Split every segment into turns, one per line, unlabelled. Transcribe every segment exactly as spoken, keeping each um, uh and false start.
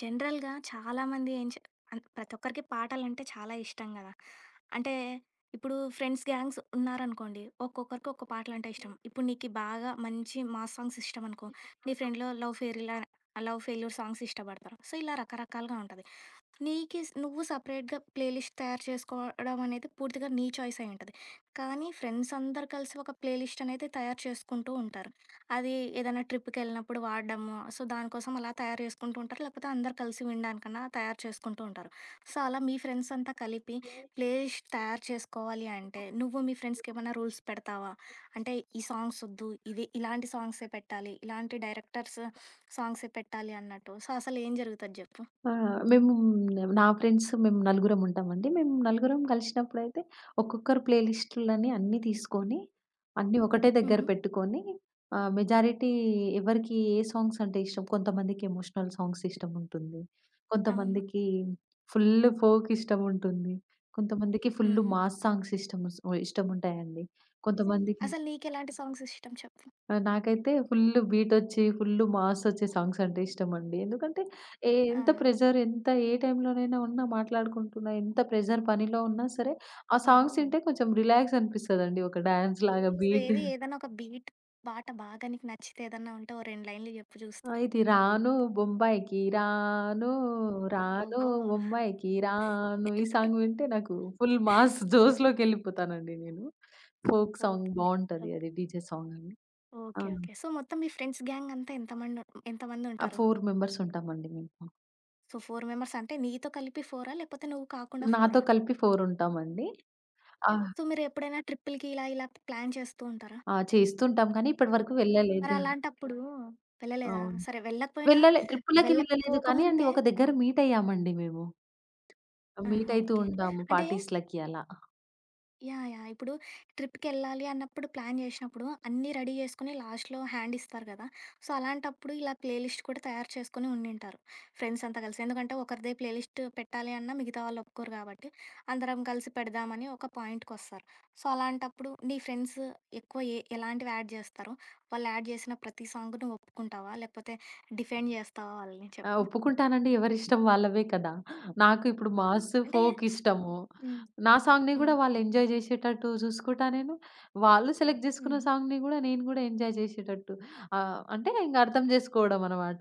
జనరల్‌గా చాలామంది ఏం చే అన్ ప్రతి ఒక్కరికి పాటలంటే చాలా ఇష్టం గదా! అంటే ఇప్పుడు ఫ్రెండ్స్ గ్యాంగ్స్ ఉన్నారనుకోండి. ఒక్కొక్కరికి ఒక్కో పాటలంటే ఇష్టం. ఇప్పుడు నీకి బాగా మంచి మాస్ సాంగ్స్ ఇష్టమనుకో, నీ ఫ్రెండ్‌లో లవ్ ఫెయిల్ ఇలా లవ్ ఫెయిల్యూర్ సాంగ్స్ ఇష్టపడతారు. సో, ఇలా రకరకాలుగా ఉంటది. నీకి స్ నువ్వు సెపరేట్‌గా ప్లేలిస్ట్ తయారు చేసుకోవడం అనేది పూర్తిగా నీ చాయిస్ అయి ఉంటది. కానీ ఫ్రెండ్స్ అందరూ కలిసి ఒక ప్లేలిస్ట్ అనేది తయారు చేసుకుంటూ ఉంటారు. అది ఏదైనా ట్రిప్‌కెళ్ళినప్పుడు వాడడము. సో, దానికోసం అలా తయారు చేసుకుంటూ ఉంటారు. లేకపోతే అందరూ కలిసి వినడానికన్నా తయారు చేసుకుంటూ ఉంటారు. సో, అలా మీ ఫ్రెండ్స్ అంతా కలిపి ప్లేలిస్ట్ తయారు చేసుకోవాలి అంటే నువ్వు మీ ఫ్రెండ్స్‌కేమైనా రూల్స్ పెడతావా? అంటే ఈ సాంగ్స్ ఒద్దు. ఇది ఇలాంటి సాంగ్సే పెట్టాలి. ఇలాంటి డైరెక్టర్స్ సాంగ్సే పెట్టాలి అన్నట్టు. సో, అసలు ఏం జరుగుతది జెప్పు?
ఆ! మేము నా ఫ్రెండ్స్ మేము నలుగురం ఉంటామండి. మేము నలుగురం కలిసినప్పుడైతే ఒక్కొక్కరు ప్లే లిస్టులని అన్నీ తీసుకొని, అన్నీ ఒకటే దగ్గర
హుహు.
పెట్టుకొని ఆహ్, మెజారిటీ ఎవరికి ఏ సాంగ్స్ అంటే ఇష్టం. కొంతమందికి ఎమోషనల్ సాంగ్స్ ఇష్టం ఉంటుంది.
అవును.
కొంతమందికి ఫుల్ ఫోక్ ఇష్టం ఉంటుంది. కొంతమందికి ఫుల్
హ్మ్.
మాస్ సాంగ్స్ ఇష్టం ఇష్టం ఉంటాయండి. కొంతమందికి
అసలు నీకెలాంటి సాంగ్స్ ఇష్టం చెప్పు?
ఆ! నాకైతే ఫుల్లు బీటొచ్చి, ఫుల్లు మాసొచ్చే సాంగ్స్ అంటే ఇష్టమండి. ఎందుకంటే ఏ
ఆ!
ఎంత ప్రెషర్ ఎంత ఏ టైంలోనైనా ఉన్నా మాట్లాడుకుంటున్నా, ఎంత ప్రెషర్ పనిలో ఉన్నా సరే, ఆ
ఓహో!
సాంగ్స్ వింటే కొంచెం రిలాక్స్ అనిపిస్తదండి. ఒక డాన్స్ లాగా
సో,
బీట్.
ఏది ఏదైనా ఒక బీట్, పాట బాగా నీకు నచ్చితే ఏదన్నా ఉంటే ఓ రెండు లైన్‌లు చెప్పు చూస్తా.
ఆ! ఇది రాను బొంబాయికి రాను, రాను
ఓహో!
బొంబాయికి రాను ఈ సాంగ్ వింటే నాకు ఫుల్ మాస్ జోష్‌లోకెళ్ళిపోతానండి నేను. Folk song
okay. ఓకే.
బావుంటది, అది డీజే సాంగ్ అండి. ఆ!
ఓకే. ఓకే. సో, మొత్తం మీ ఫ్రెండ్స్ గ్యాంగ్ అంతా ఎంతమంది
ఆ!
ఎంతమందుంటారు?
నాలుగు మెంబర్స్ ఉంటామండి మేము.
సో, నలుగురు మెంబర్స్ అంటే నీతో కలిపి 4ఆ? లేకపోతే నువ్వు కాకుండా
నాతో
4ఆ?
కలిపి నాలుగు ఉంటామండి. ఆహ్,
సో, మీరు ఎప్పుడైనా ట్రిప్పులకి ఇలా ఇలా ప్లాన్ చేస్తూ ఉంటారా?
ఆ! చేస్తుంటాం కానీ ఇప్పటివరకు
మరి
వెళ్ళలేదు.
అలాంటప్పుడు వెళ్ళలేదా?
అవును.
సరే వెళ్ళకపోయినా
వెళ్ళలే ట్రిప్పులకి వెళ్ళలేదు కానీ అండి,
వెళ్ళకపోకముందే
ఒక దగ్గర మీట్ అయ్యామండి మేము. మీట్
ఆహా!
అయితూ
ఓకే.
ఉంటాము
అంటే
పార్టీస్‌లకి అలా.
యాహ్! యాహ్! ఇప్పుడు ట్రిప్‌కెళ్ళాలి అన్నప్పుడు ప్లాన్ జేసినప్పుడు అన్నీ రెడీ జేసుకొని లాస్ట్‌లో హ్యాండ్ ఇస్తారు గదా! సో, అలాంటప్పుడు ఇలా ప్లే లిస్ట్ కూడా తయారు చేసుకొని ఉండింటారు. ఫ్రెండ్స్ అంతా కలిసి. ఎందుకంటే ఒకరిదే ప్లే లిస్ట్ పెట్టాలి అన్నా మిగతా వాళ్ళు ఒప్పుకోరు కాబట్టి, అందరం కలిసి పెడదామని ఒక పాయింట్‌కొస్తారు. సో, అలాంటప్పుడు నీ ఫ్రెండ్స్ ఎక్కువ ఏ ఎలాంటివి యాడ్ జేస్తారు? వాళ్ళు యాడ్ జేసిన ప్రతి సాంగ్ నువ్వు ఒప్పుకుంటావా? లేకపోతే డిఫెండ్ జేస్తావా వాళ్ళని
ఆ!
చెప్పు?
ఒప్పుకుంటానండి. ఎవరిష్టం వాళ్ళవే కదా! నాకు ఇప్పుడు మాస్,
అంటే
ఫోక్ ఇష్టము.
హ్మ్.
నా సాంగ్‌ని
హ్మ్.
గూడా వాళ్ళు
హ్మ్.
ఎంజాయ్ జేసేటట్టు జూసుకుంటా నేను. వాళ్ళు సెలెక్ట్ జేసుకున్న
హ్మ్.
సాంగ్‌ని గూడా నేను గూడా ఎంజాయ్ జేసేటట్టు ఆహ్, అంటే ఇంగ అర్థం జేసుకోవడం అనమాట.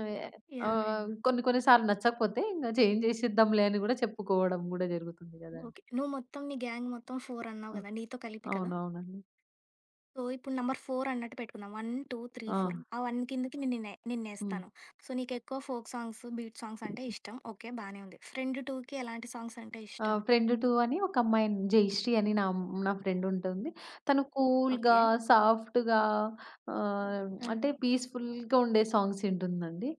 ఆహ్,
యాహ్! యాహ్!
ఆహ్, కొన్ని కొన్ని సార్లు నచ్చకపోతే ఇంగ చేంజ్ జేసేద్దాంలే అని గూడా చెప్పుకోవడం గూడా జరుగుతుంది
ఓకే.
గదండీ.
నువ్వు మొత్తం నీ గ్యాంగ్ మొత్తం నలుగురు అన్నావు
ఆ!
గదా! నీతో కలిపి కదా!
అవునవునండి.
సో, ఇప్పుడు నంబర్ నాలుగు అన్నట్టు పెట్టుకుందాం. ఒకటి, రెండు, మూడు,
ఆ!
నాలుగు ఆ ఒకటి కిందకి నిన్నే
హ్మ్.
నిన్నేస్తాను. సో, నీకెక్కువ ఫోక్ సాంగ్స్, బీట్ సాంగ్స్ అంటే ఇష్టం. ఓకే. బానే ఉంది. ఫ్రెండ్ 2కి ఎలాంటి సాంగ్స్ అంటే
ఆ!
ఇష్టం?
ఫ్రెండ్ రెండు అని ఒక అమ్మాయి, జయశ్రీ అని నా నా ఫ్రెండ్ ఉంటుంది. తను కూల్‌గా,
ఓకే.
సాఫ్ట్‌గా, ఆహ్,
ఆ!
అంటే పీస్‌ఫుల్‌గా ఉండే సాంగ్స్ వింటుందండి.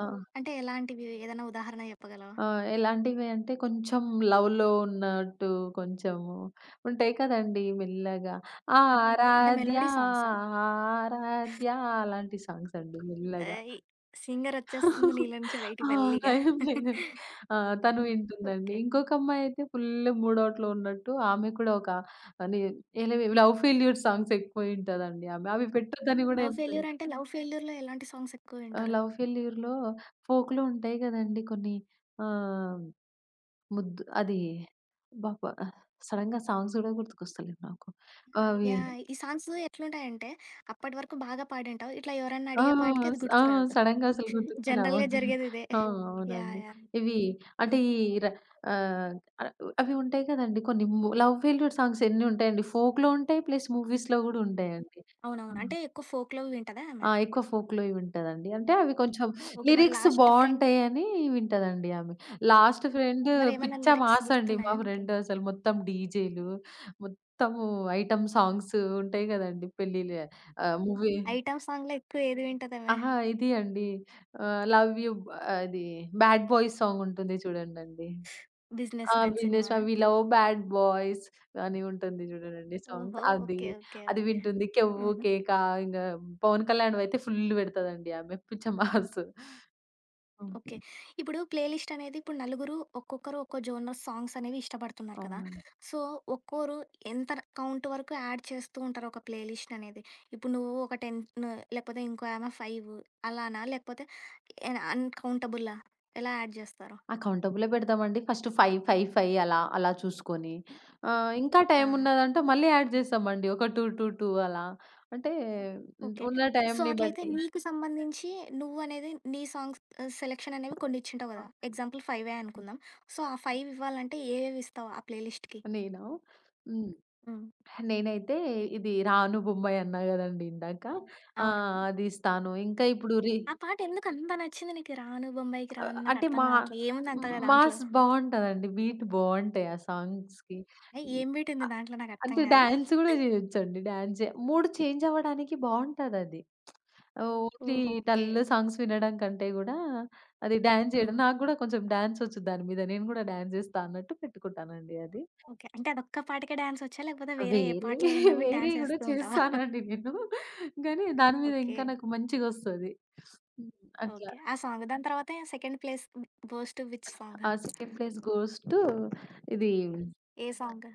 ఆ!
అంటే ఎలాంటివి? ఏదైనా ఉదాహరణ చెప్పగలవా?
ఆ! ఎలాంటివి అంటే కొంచెం లవ్‌లో ఉన్నట్టు కొంచెము ఉంటాయి కదండీ! మెల్లగా
అంటే
ఆరాధ్య
మెలోడీ సాంగ్సా?
ఆరాధ్య అలాంటి సాంగ్స్ అండి మెల్లగా.
ఏయ్! సింగరొచ్చేస్తుంది నీలో నుంచి
ఆ!
బయటికి
అలా
మెల్లిగా.
ఏం లేదండి. ఆ! తను వింటుందండి.
ఓకే.
ఇంకొక అమ్మాయయితే ఫుల్లు మూడౌట్‌లో ఉన్నట్టు ఆమె కూడా ఒక అని ఎలె లవ్ ఫెయిల్యూర్ సాంగ్స్ ఎక్కువ వింటదండి ఆమె. అవి పెట్టొద్దని గూడా
లవ్
చెప్తది.
ఫెయిల్యూర్ అంటే లవ్ ఫెయిల్యూర్‌లో ఎలాంటి సాంగ్స్ ఎక్కువ
ఆ!
వింటారు?
లవ్ ఫెయిల్యూర్‌లో ఫోక్‌లో ఉంటాయి గదండీ కొన్ని. ఆహ్, ముద్దు అది అబ్బబ్బా! సడెన్‌గా సాంగ్స్ గూడా గుర్తుకొస్తలేవు నాకు. అవి
యాహ్! ఈ సాంగ్స్ ఎట్లుంటాయంటే, అప్పటి వరకు బాగా పాడుంటావు. ఇట్లా ఎవరన్నా
ఆ!
అడిగేపాటికి అది
స్ ఆ!
గుర్తురాదు.
సడెన్‌గా అసలు గుర్తుకే
జనరల్‌గా
రావండి.
జరిగేది ఇదే.
ఆ!
యాహ్!
అవునండి.
యాహ్!
ఇవి అంటే
హ్మ్.
ఈ ర ఆహ్, ఆహ్, అవి ఉంటాయి కదండీ కొన్ని, ము లవ్ ఫెయిల్యూర్ సాంగ్స్ ఎన్ని ఉంటాయండి. ఫోక్‌లో ఉంటాయి. ప్లస్ మూవీస్‌లో గూడా ఉంటాయండి. ఆ!
అవునవును. అంటే ఎక్కువ ఫోక్‌లో వింటదా ఆమె?
ఆ! ఎక్కువ ఫోక్‌లో ఇవి ఉంటదండి. అంటే అవి కొంచెం
ఓకే. మరి
లిరిక్స్
లాస్ట్ ఫ్రెండ్
బావుంటాయని వింటదండి ఆమె. లాస్ట్ ఫ్రెండ్
మరేమన్నా
పిచ్చ
లిరిక్స్
మాస్ అండి మా
గుర్తున్నాయా నీకు?
ఫ్రెండ్, అసలు మొత్తం డీజేలు, మొత్తము ఐటెమ్ సాంగ్స్ ఉంటాయి గదండీ, పెళ్ళిళ్ళ, ఆహ్, మూవీ.
ఐటెమ్ సాంగ్‌లో ఎక్కువ ఏది వింటదామె?
అహా! ఇది అండి. ఆహ్, 'లవ్ యూ' అది 'బ్యాడ్ బాయ్స్' సాంగ్ ఉంటుంది చూడండండి.
'బిజినెస్
ఆ!
మ్యాన్'
'బిజినెస్
సినిమానా?
Man we love bad boys' అని ఉంటుంది చూడండండి సాంగ్స్.
ఓహో!
అది,
ఓకే. ఓకే.
అది
ఓకే.
వింటుంది. 'కెవ్వు
హుహు.
కేక' ఇంగా 'పవన్ కళ్యాణ్‌వయితే' ఫుల్ పెడతదండి ఆమె పిచ్చమాస్.
ఓకే.
హ్మ్.
ఇప్పుడు ప్లేలిస్ట్ అనేది ఇప్పుడు నలుగురు ఒక్కొక్కరు ఒక్కో జోనర్ సాంగ్స్ అనేవి ఇష్టపడుతున్నారు కదా!
అవునండి.
సో, ఒక్కోరు ఎంత కౌంట్ వరకు యాడ్ చేస్తూ ఉంటారు ఒక ప్లేలిస్ట్ అనేది? ఇప్పుడు నువ్వు ఒక పది లేకపోతే ఇంకో ఆమె ఐదు అలానా? లేకపోతే ఎ అన్‌కౌంటబులా? ఎలా యాడ్ చేస్తారు?
ఆ! కౌంటబులే పెడతామండి. ఫస్ట్ ఐదు, ఐదు, ఐదు అలా, అలా చూసుకొని ఆహ్, ఇంకా టైం
ఆహా!
ఉన్నదంటే మళ్ళీ యాడ్ చేస్తామండి. ఒక రెండు, రెండు, రెండు అలా. అంటే
ఓకే.
ఉన్న
సో,
టైంని
అట్లయితే
బట్టి.
నీకు సంబంధించి నువ్వనేది నీ సాంగ్స్ ఆహ్, సెలక్షన్ అనేవి కొన్ని ఇచ్చుంటావు కదా! ఎగ్జాంపుల్ 5ఏ
ఆ!
అనుకుందాం. సో, ఆ ఐదు ఇవ్వాలంటే ఏవేవి ఇస్తావు ఆ ప్లేలిస్ట్‌కి?
నేనా? హ్మ్.
హ్మ్.
నేనైతే ఇది 'రాను బొమ్మయి' అన్నా గదండీ ఇందాక. ఆ!
అవునవును.
అది ఇస్తాను. ఇంకా ఇప్పుడు రి
ఆ పాట ఎందుకంత నచ్చింది నీకు? 'రాను బొంబాయికి
ఆహ్,
రాను'
అంటే
నాకర్థం
మా
కావట్లే. ఏముంది అంతగా ఆ! దాంట్లో?
మాస్ బావుంటదండి. బీట్ బావుంటాయి ఆ సాంగ్స్‌కి.
ఏ ఏం బీటుంది
అ
దాంట్లో నాకర్థం
అంటే
కాదు.
డాన్స్ గూడా జేయొచ్చండి. డాన్స్ జే మూడ్ చేంజ్ అవ్వడానికి బావుంటదది. ఓన్లీ
ఓహో! ఓకే.
డల్ సాంగ్స్ వినడం కంటే గూడా అది డాన్స్ జేయడం,
హుహు.
నాకు గూడా కొంచెం డాన్స్ ఒచ్చు దాని మీద. నేను గూడా డాన్స్ జేస్తా అన్నట్టు పెట్టుకుంటానండి అది.
ఓకే. అంటే అదొక్క పాటకే డాన్సొచ్చా? లేకపోతే వేరే ఏ
వేరే
పాటలు విన్నా కూడా
వేరేయి గూడా
డాన్సేస్తూ ఉంటావా?
చేస్తానండి నేను. గానీ దాని మీద
ఓకే.
ఇంకా నాకు మంచిగొస్తది. హ్మ్. అట్లా.
ఓకే. ఆ సాంగ్. దాని తర్వాత second place goes to which song?
ఆ సెకండ్ ప్లేస్ గోస్ టూ ఇది,
ఏ సాంగ్?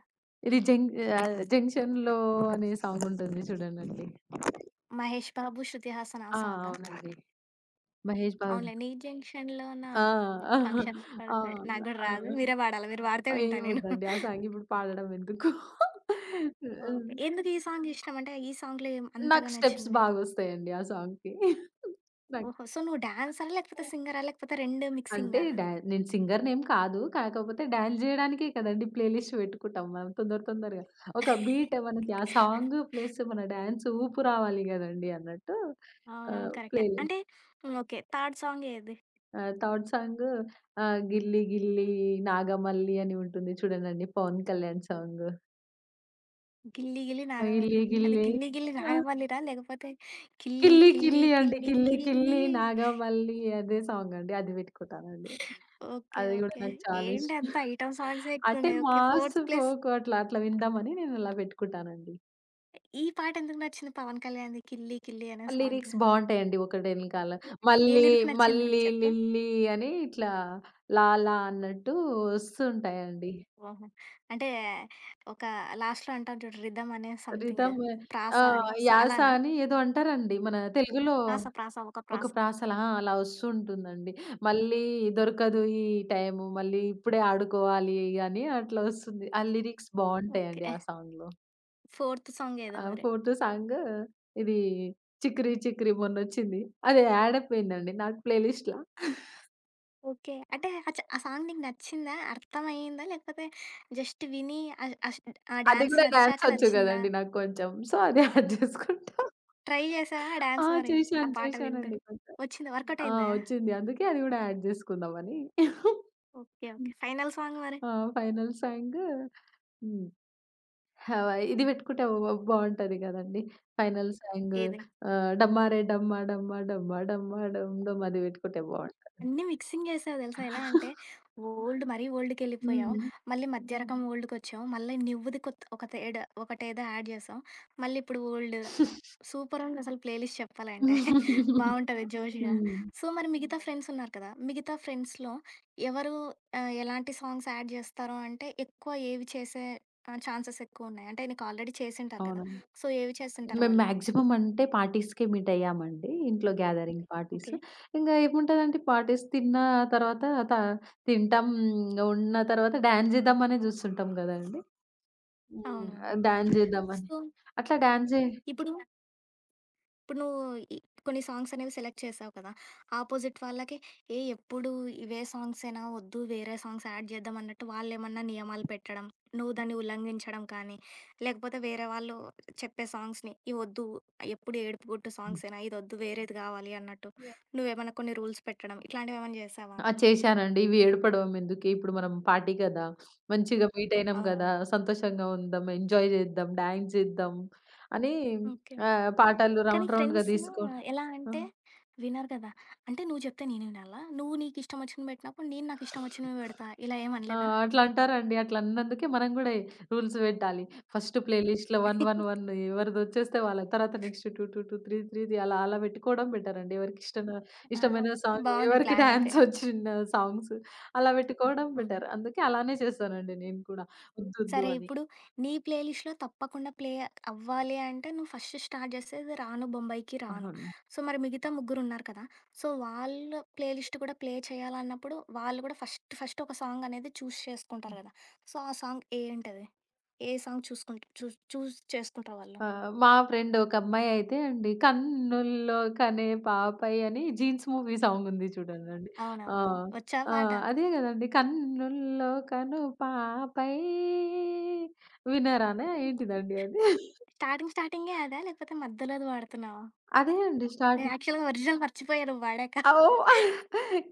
ఇది జంక్ ఆహ్, 'జంక్షన్‌లో' అనే సాంగ్ ఉంటుంది చూడండండి.
'మహేష్ బాబు', 'శృతి హాసన్' ఆ
ఆ!
సాంగా?
అవునండి. మహేష్ బాబుది.
అవునులే. 'నీ జంక్షన్‌లో నా
ఆ!
ఫంక్షన్
ఆ!
పడతాయి.' నాకు కూడా
ఆ!
రాదు. మీరే పాడాలి. మీరు పాడితే వింటా నేను.
ఏమొద్దండి. ఆ సాంగ్ ఇప్పుడు పాడడం ఎందుకు.
ఓకే. ఎందుకు ఈ సాంగ్ ఇష్టం? అంటే ఈ సాంగ్‌లో ఏం
నాకు
అంతగా
స్టెప్స్
నచ్చింది నీకు?
బాగొస్తాయండి ఆ సాంగ్‌కి. నాకు
ఓహో! సో, నువ్వు డాన్సరా? లేకపోతే సింగరా? లేకపోతే రెండు
అంటే
మిక్సింగా?
డా నేను సింగర్‌నేం కాదు. కాకపోతే డాన్స్ జేయడానికే కదండీ ప్లే లిస్ట్ పెట్టుకుంటాం మనం తొందర తొందరగా. ఒక బీట్ మనకి, ఆ సాంగ్ ప్లస్ మన డాన్స్ ఊపు రావాలి గదండీ అన్నట్టు.
అవునవును.
ఆహ్,
కరెక్టే.
ప్లే లి
అంటే హ్మ్. ఓకే. థర్డ్ సాంగ్ ఏది?
ఆహ్, థర్డ్ సాంగ్, ఆహ్, 'గిల్లీ గిల్లీ నాగమల్లి' అని ఉంటుంది చూడండండి, పవన్ కళ్యాణ్ సాంగ్.
'గిల్లీ గిల్లీ
ఆ!
నాగవల్లి.'
'గిల్లీ
అది
గిల్లీ'
'గిల్లీ గిల్లీ
ఆ!
నాగవల్లి'రా? లేకపోతే 'కిల్లీ
'కిల్లీ
కిల్లీ
కిల్లీ' అండి.
కిల్లీ
'కిల్లీ
కిల్లీ'
కిల్లీ నాగమల్లి' అదే సాంగ్ అండి. అది పెట్టుకుంటానండి.
ఓకే.
అది గూడా
ఓకే.
నాకు చాలా
ఏంటి
ఇష్టం.
అంతా ఐటెమ్ సాంగ్సే
అంటే
ఎక్కువున్నాయి. Okay.
Mass,
fourth place
folk అట్లా అట్లా విందామని నేను అలా పెట్టుకుంటానండి.
ఈ పాట ఎందుకు నచ్చింది పవన్ కళ్యాణ్‌ది 'కిల్లీ కిల్లీ' అనే సాంగ్?
లిరిక్స్ బావుంటాయండి ఒకటెనకాల.
ఏ
మళ్ళీ
లిరిక్ నచ్చింది నీకు
మళ్ళీ
చెప్పు?
లిల్లీ అని ఇట్లా లాలా అన్నట్టు వస్తుంటాయండి.
ఓహో! అంటే ఒక లాస్ట్‌లో అంటారు చూడు రిథమ్ అనే సంథింగ్
రిథమ్.
ప్రాస
ఆ!
అని. సో,
యాస
అలానా?
అని ఏదో అంటారండి మన తెలుగులో.
ప్రాస ప్రాస ఒక
ఒక
ప్రాస.
ప్రాసల ఆ! అలా వస్తూ ఉంటుందండి. మళ్ళీ దొరకదు ఈ టైము. మళ్ళీ ఇప్పుడే ఆడుకోవాలి అని అట్లా వస్తుంది. ఆ లిరిక్స్ బావుంటాయండి
ఓకే.
ఆ సాంగ్‌లో.
ఫోర్త్ సాంగేదో
ఆ!
మరి.
ఫోర్త్ సాంగ్ ఇది 'చికిరి చికిరి' మొన్నొచ్చింది. అది యాడ్ అయిపోయిందండి నాకు ప్లే లిస్ట్‌లా.
ఓకే. అంటే ఆ చ ఆ సాంగ్ నీకు నచ్చిందా? అర్థమయిందా? లేకపోతే జస్ట్ విని ఆహ్, ఆహ్, ఆ
అది
డాన్స్
కూడా డాన్స్
నచ్చాక
వచ్చు
నచ్చిందా?
కదండీ నాకు కొంచెం. సో, అది యాడ్ చేసుకుంటా.
ట్రై చేసావా ఆ
ఆ!
డాన్స్ మరి? ఆ
చేశాను.
పాట వింటూ?
చేశానండి కొంచెం.
వచ్చిందా? వర్కౌట్
ఆ!
అయిందా?
వచ్చింది. అందుకే అది కూడా యాడ్ చేసుకుందామని.
ఓకే. ఓకే. ఫైనల్ సాంగ్ మరి
ఆ! Final song. హ్మ్. హవ ఇది పెట్టుకుంటే బా బావుంటది గదండీ! ఫైనల్ సాంగ్
ఏది?
ఆహ్, 'డమ్మారే డమ్మా డమ్మా డమ్మా డమ్మా డమ్ డమ్' అది పెట్టుకుంటే బావుంటది.
అన్నీ మిక్సింగ్ చేసావు తెలుసా! ఎలా అంటే ఓల్డ్ మరీ ఓల్డ్‌కెళ్ళిపోయావు.
హ్మ్.
మళ్ళీ మధ్య రకం ఓల్డ్‌కొచ్చావు. మళ్ళీ నువ్వుది కొత్ ఒక తేడా ఒకటేదో యాడ్ చేసావు. మళ్ళీ ఇప్పుడు ఓల్డ్ సూపర్ ఉందసలు ప్లే లిస్ట్ చెప్పాలంటే. బావుంటది జోష్‌గా.
హ్మ్.
సో, మరి మిగతా ఫ్రెండ్స్ ఉన్నారు కదా! మిగతా ఫ్రెండ్స్‌లో ఎవరు ఆహ్, ఎలాంటి సాంగ్స్ యాడ్ చేస్తారు అంటే, ఎక్కువ ఏవి చేసే ఆహ్, ఛాన్సెస్ ఎక్కువున్నాయి? అంటే నీకు ఆల్రెడీ చేసుంటారు కదా!
అవునండి.
సో, ఏవి చేస్తుంటారు
మేము
వాళ్ళు?
మాక్సిమం అంటే పార్టీస్‌కే మీట్ అయ్యామండి. ఇంట్లో గ్యాదరింగ్ పార్టీస్.
ఓకే.
ఇంగా ఏముంటదంటే పార్టీస్ తిన్న తర్వాత త తింటాం, ఉన్న తర్వాత డాన్స్ జేద్దామనే జూస్తుంటాం గదండీ! హ్మ్.
అవునవును.
డాన్స్ జేద్దామని.
సో,
అట్లా డాన్స్ జే
ఇప్పుడు ఇప్పుడు నువ్వు ఈ కొన్ని సాంగ్స్ అనేవి సెలెక్ట్ చేసావు కదా! ఆపోజిట్ వాళ్ళకి ఏ ఎప్పుడు ఇవే సాంగ్సేనా వద్దు వేరే సాంగ్స్ యాడ్ చేద్దాం అన్నట్టు వాళ్ళేమన్నా నియమాలు పెట్టడం, నువ్వు దాన్ని ఉల్లంఘించడం కానీ, లేకపోతే వేరే వాళ్ళు చెప్పే సాంగ్స్‌ని ఇవి వద్దు ఎప్పుడు ఏడుపు గొట్టు సాంగ్సేనా ఇదొద్దు వేరేది కావాలి అన్నట్టు నువ్వేమన్నా కొన్ని రూల్స్ పెట్టడం ఇట్లాంటివేమన్నా చేసావా?
ఆ! చేశానండి. ఇవి ఏడపడం ఎందుకే, ఇప్పుడు మనం పార్టీ కదా! మంచిగా మీట్ అయినాం గదా!
అవునవును.
సంతోషంగా ఉందాం, ఎంజాయ్ చేద్దాం, డాన్స్ చేద్దాం అని
ఓకే.
ఆహ్, పాటలు
కానీ
రౌండ్ రౌండ్‌గా
ఫ్రెండ్స్‌లో
తీసుకోవడం.
ఎలా
ఆ!
అంటే వినరు కదా! అంటే నువ్వు చెప్తే నేను వినాలా? నువ్వు నీకిష్టం వచ్చినవి పెట్టినప్పుడు నేను నాకిష్టం వచ్చినవి పెడతా ఇలా
ఆ!
ఏమనలేదా?
అట్లా అంటారండి. అట్లా అన్నందుకే మనం గూడా రూల్స్ పెట్టాలి. ఫస్ట్ ప్లేలిస్ట్‌లో ఒకటి, ఒకటి, ఒకటి ఎవరిదొచ్చేస్తే వాళ్ళ తర్వాత నెక్స్ట్ రెండు, రెండు, రెండు, మూడు, మూడు అలా అలా పెట్టుకోవడం బెటర్ అండి. ఎవరికి ఇష్టం
ఆ!
ఇష్టమైన సాంగ్,
బావుంది
ఎవరికి
ప్లానయితే.
డాన్స్ వచ్చిన సాంగ్స్ అలా పెట్టుకోవడం
హ్మ్.
బెటర్. అందుకే అలానే చేస్తానండి నేను కూడా. వద్దొద్దు
సరే
అని.
ఇప్పుడు నీ ప్లే లిస్ట్‌లో తప్పకుండా ప్లే అవ్వాలి అంటే నువ్వు ఫస్ట్ స్టార్ట్ చేసేది 'రాను బొంబాయికి రాను.'
అవును.
సో, మరి మిగతా ముగ్గురున్నారు కదా! సో, వాళ్ళ ప్లే లిస్ట్ కూడా ప్లే చేయాలన్నప్పుడు వాళ్ళు కూడా ఫస్ట్ ఫస్ట్ ఒక సాంగ్ అనేది చూస్ చేసుకుంటారు కదా! సో, ఆ సాంగ్ ఏంటది? ఏ సాంగ్ చూసుకుంట చూస్ చూస్ చేసుకుంటారు వాళ్ళు?
ఆ! మా ఫ్రెండ్ ఒక అమ్మాయయితే అండి, 'కన్నుల్లో కనే పాపై' అని 'జీన్స్' మూవీ సాంగుంది చూడండండి. ఆ!
అవునవునవును. వచ్చా
ఆ!
పాట?
అదే గదండీ! 'కన్నుల్లో కను పాపై' వినరానా ఏంటిదండి అది?
స్టార్టింగ్ స్టార్టింగే అదా? లేకపోతే మధ్యలోది వాడుతున్నావా?
అదే అండి
నేను
స్టార్టింగ్.
యాక్చువల్‌గా ఒరిజినల్ మర్చిపోయా నువ్వు వాడాక.
ఓహ్!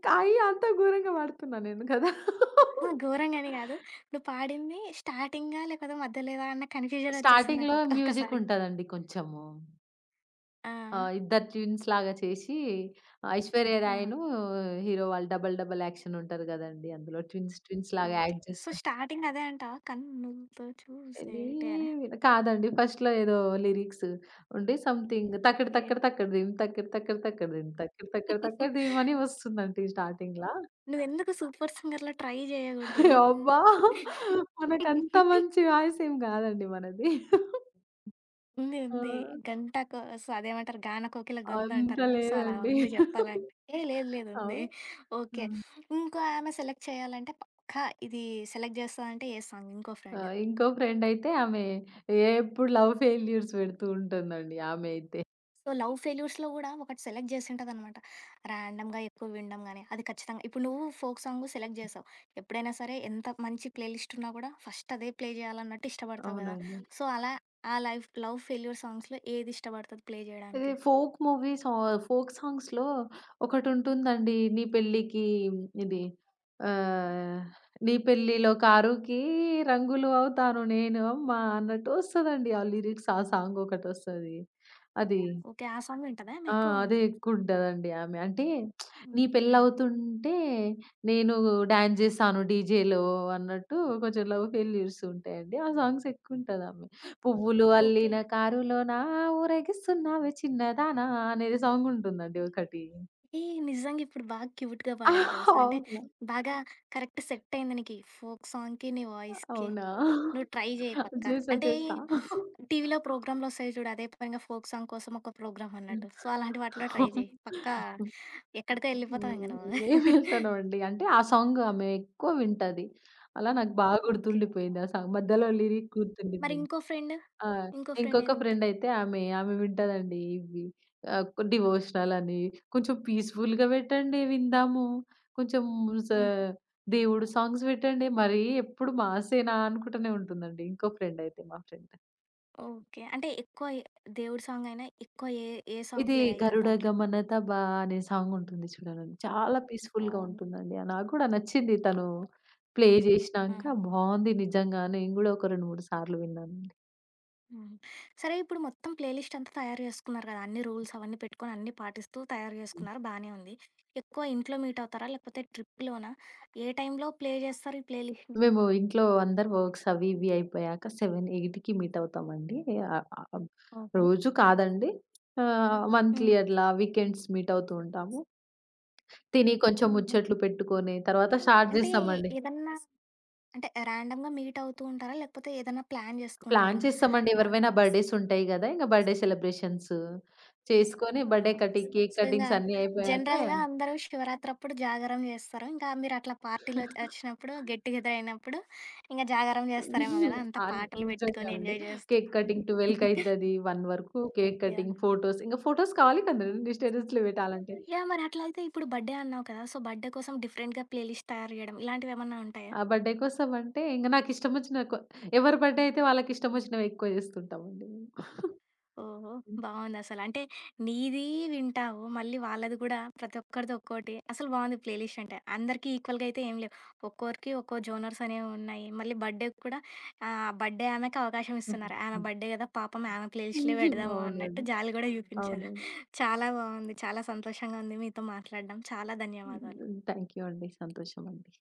కాయి అంత ఘోరంగా పాడుతున్నా నేను కదా!
ఆ! ఘోరంగని గాదు. ఇప్పుడు పాడింది స్టార్టింగా లేకపోతే మధ్యలేదా అన్న కన్‌ఫ్యూజన్ ఒచ్చేసింది నాకు
స్టార్టింగ్‌లో
ఒక్ ఒక్కసారి.
మ్యూజికుంటదండి కొంచెము.
ఆ!
ఆ! ఇద్దరు ట్విన్స్‌లాగా చేసి 'ఐశ్వర్య
ఆహా!
రాయ్‌ను', హీరో వాళ్ళు డబుల్ డబుల్ యాక్షన్ ఉంటారు గదండీ! అందులో ట్విన్స్ ట్విన్స్‌లాగా
ఓకే.
యాక్ట్
సో,
చేస్తారు.
స్టార్టింగ్ అదే అంటావా? కన్నులతో చూసేటే అనా?
ఏవి కాదండి. ఫస్ట్‌లో ఏదో లిరిక్స్ ఉండి సంథింగ్ 'తకిడి
ఓకే.
తకిడి తకిడిదిం తకిడి తకిడి తకిడిదిం తకిడి తకిడి తకిడిదిం' అని వస్తుందండి స్టార్టింగ్‌లా.
నువ్వెందుకు 'సూపర్ సింగర్‌లో' ట్రై జేయగూడదు?
అబ్బా! మనకంత మంచి వాయిస్ ఏం గాదండి మనది.
ఉంది.
ఆ!
ఉంది. గంట కో సో, అదేమంటారు 'గాన కోకిల గంధ'
అంత
అంటారు గదా! సో, అలా
లేదండి.
ఉంది జెప్పాలంటే. ఏ లేదు లేదు ఉంది.
అవు ఆ!
ఓకే. ఇంకో ఆమె సెలెక్ట్ చేయాలంటే పక్కా ఇది సెలెక్ట్ జేస్తదంటే ఏ సాంగ్ ఇంకో
ఆ!
ఫ్రెండ్?
ఇంకో ఫ్రెండయితే ఆమె ఎప్పుడు లవ్ ఫెయిల్యూర్స్ పెడుతూ ఉంటుందండి ఆమె అయితే.
సో, లవ్ ఫెయిల్యూర్స్‌లో గూడా ఒకటి సెలెక్ట్ జేసుంటదనమాట. ర్యాండమ్‌గా ఎక్కువ వినడం గానీ, అది ఖచ్చితంగా ఇప్పుడు నువ్వు ఫోక్ సాంగు సెలెక్ట్ జేశావు. ఎప్పుడైనా సరే ఎంత మంచి ప్లేలిస్ట్ ఉన్నా గూడా ఫస్ట్ అదే ప్లే జేయాలన్నట్టు ఇష్టపడతావు గదా!
అవునండి.
సో, అలా ఆ లైఫ్ లవ్ ఫెయిల్యూర్ సాంగ్స్‌లో ఏది ఇష్టపడుతది ప్లే
ఇది
జేయడానికి?
ఫోక్ మూవీస్ ఆ ఫోక్ సాంగ్స్‌లో ఒకటుంటుందండి. నీ పెళ్ళికి ఇది ఆహ్, నీ పెళ్ళిలో కారుకి రంగులు అవుతాను నేను అమ్మా అన్నట్టు వస్తదండి. ఆ లిరిక్స్ ఆ సాంగ్ ఒకటొస్తది. అది
ఓకే. ఆ సాంగ్ వింటదా
ఆ!
ఆమెక్కువ?
అదే ఎక్కువుంటదండి ఆమె. అంటే నీ
ఓకే.
పెళ్లవుతుంటే నేను డాన్స్ జేశాను డీజేలో అన్నట్టు కొంచెం లవ్ ఫెయిల్యూర్స్ ఉంటాయండి. ఆ సాంగ్స్ ఎక్కువుంటదామె. పువ్వులు
ఓకే.
అల్లిన కారులోన ఊరేగిస్తున్నావే చిన్నదానా అనేది సాంగుంటుందండి ఒకటి.
ఏ నిజంగా ఇప్పుడు బాగా క్యూట్‌గా
ఆ!
పాడావు తెలుసా! అంటే
అవును.
బాగా కరెక్ట్ సెట్టయింది నీకి. ఫోక్ సాంగ్‌కి, నీ వాయిస్‌కి.
అవునా?
నువ్వు ట్రై జెయి పక్కా.
చేసా
అంటే
చేసా.
టీవీలో ప్రోగ్రామ్‌లొస్తాయి చూడు. అదే పనిగా ఫోక్ సాంగ్ కోసం ఒక ప్రోగ్రామ్ అన్నట్టు. సో, అలాంటి వాటిలో ట్రై జెయి. పక్కా ఎక్కడికో ఎళ్ళిపోతావు ఇంక
హ్మ్.
నువ్వు.
నేను వెళ్తానండి. అంటే ఆ సాంగ్ ఆమె ఎక్కువ వింటది. అలా నాకు బాగా
ఓకే.
గుర్తుండిపోయింది. ఆ సాంగ్ మధ్యలో లిరిక్
మరి
గుర్తుండిపోయింది.
ఇంకో ఫ్రెండ్?
ఆ!
ఇంకో ఫ్రెండ్
ఇంకొక
ఏది
ఫ్రెండ్
ఉంటది?
అయితే ఆమె, ఆమె వింటదండి ఇవి ఆహ్, డివోషనల్ అని కొంచెం పీస్‌ఫుల్‌గా పెట్టండి విందాము. కొంచెం స
హ్మ్.
దేవుడు సాంగ్స్ పెట్టండి. మరి ఎప్పుడు మాసేనా అనుకుంటూనే ఉంటుందండి ఇంకో ఫ్రెండ్ అయితే మా ఫ్రెండ్.
ఓకే. అంటే ఎక్కువ ఏ దేవుడి సాంగ్ అయినా ఎక్కువ ఏ, ఏ సాంగ్
ఇది
ప్లే అయితది
'గరుడ
దాంట్లో?
గమనత బా' అనే సాంగ్ ఉంటుంది చూడండి. చాలా పీస్‌ఫుల్‌గా
ఓహ్!
ఉంటుందండి. ఆ నాకు కూడా నచ్చింది, తను ప్లే జేసినాంక
ఆహా!
బావుంది నిజంగా. నేను గూడా ఒక రెండు, మూడు సార్లు విన్నానండి.
హ్మ్. సరే ఇప్పుడు మొత్తం ప్లే లిస్ట్ అంతా తయారు చేసుకున్నారు కదా! అన్ని రూల్స్ అవన్నీ పెట్టుకొని అన్నీ పాటిస్తూ తయారు
హ్మ్.
చేసుకున్నారు బానే ఉంది. ఎక్కువ ఇంట్లో మీట్ అవుతారా? లేకపోతే ట్రిప్‌లోనా? ఏ టైంలో ప్లే చేస్తారు ఈ ప్లే లిస్ట్‌ని?
మేము ఇంట్లో అందరి వర్క్స్ అవి ఇవి అయిపోయాక ఏడు, ఎనిమిదికి మీట్ అవుతామండి. ఆహ్, ఆహ్,
ఓహో!
రోజు కాదండి. ఆహ్,
హ్మ్.
మంత్లీ అట్లా వీకెండ్స్ మీట్ అవుతూ ఉంటాము. తిని కొంచెం
హుహు.
ముచ్చట్లు పెట్టుకొని తర్వాత స్టార్ట్
అంటే
జేస్తామండి.
ఏదన్నా అంటే ర్యాండమ్‌గా మీట్ అవుతూ ఉంటారా? లేకపోతే ఏదన్నా ప్లాన్
ప్లాన్
చేసుకుంటారా?
చేస్తామండి. ఎవరివైనా
ఆహా!
బర్త్‌డేస్ ఉంటాయి గదా! ఇంక బర్త్‌డే సెలబ్రేషన్స్ చేసుకొని బర్త్‌డే
ఆహా!
కటింగ్, కేక్
సో, ఇంగా
కటింగ్స్ అన్నీ అయిపోయాక
జనరల్‌గా అందరూ శివరాత్రప్పుడు జాగారం చేస్తారు. ఇంకా మీరట్లా పార్టీలో వచ్చినప్పుడు గెట్ టుగెదర్ అయినప్పుడు ఇంగా జాగారం చేస్తారేమో కదా! అంతా
అన్
పాటలు
నిజంగా
పెట్టుకొని
అండి.
ఎంజాయ్ చేస్తూ.
కేక్ కటింగ్ పన్నెండుకి అయితది. ఒకటి వరకు కేక్
యాహ్!
కటింగ్, ఫోటోస్, ఇంక ఫోటోస్ కావాలి కదండీ! స్టేటస్‌లు పెట్టాలంటే.
యాహ్! మరి అట్లా అయితే ఇప్పుడు బర్త్‌డే అన్నావు కదా! సో, బర్త్‌డే కోసం డిఫరెంట్‌గా ప్లే లిస్ట్ తయారు చేయడం ఇలాంటివేమన్నా ఉంటాయా?
ఆ బర్త్‌డేకి వస్తామంటే ఇంక నాకిష్టమొచ్చిన కొ ఎవరి బర్త్‌డే అయితే వాళ్ళకిష్టమొచ్చినవి ఎక్కువ చేస్తుంటామండి మేము.
ఓహో! బావుందసల. అంటే నీది వింటావు, మళ్ళీ వాళ్ళది కూడా ప్రతి ఒక్కరిది ఒక్కోటి. అసలు బావుంది ప్లే లిస్ట్ అంటే. అందరికీ ఈక్వల్‌గా అయితే ఏం లేవు. ఒక్కోరికి ఒక్కో జోనర్స్ అనేవున్నాయి. మళ్ళీ బర్త్‌డేకి కూడా ఆహ్, బర్త్‌డే ఆమెకి అవకాశం ఇస్తున్నారు. ఆమె బర్త్‌డే కదా! పాపం ఆమె ప్లే లిస్ట్‌లే పెడదాము అన్నట్టు
అవునండి.
జాలి కూడా చూపించారు.
అవునండి.
చాలా బావుంది. చాలా సంతోషంగా ఉంది మీతో మాట్లాడడం. చాలా ధన్యవాదాలు.
థ్యాంక్ యూ అండి. సంతోషమండి.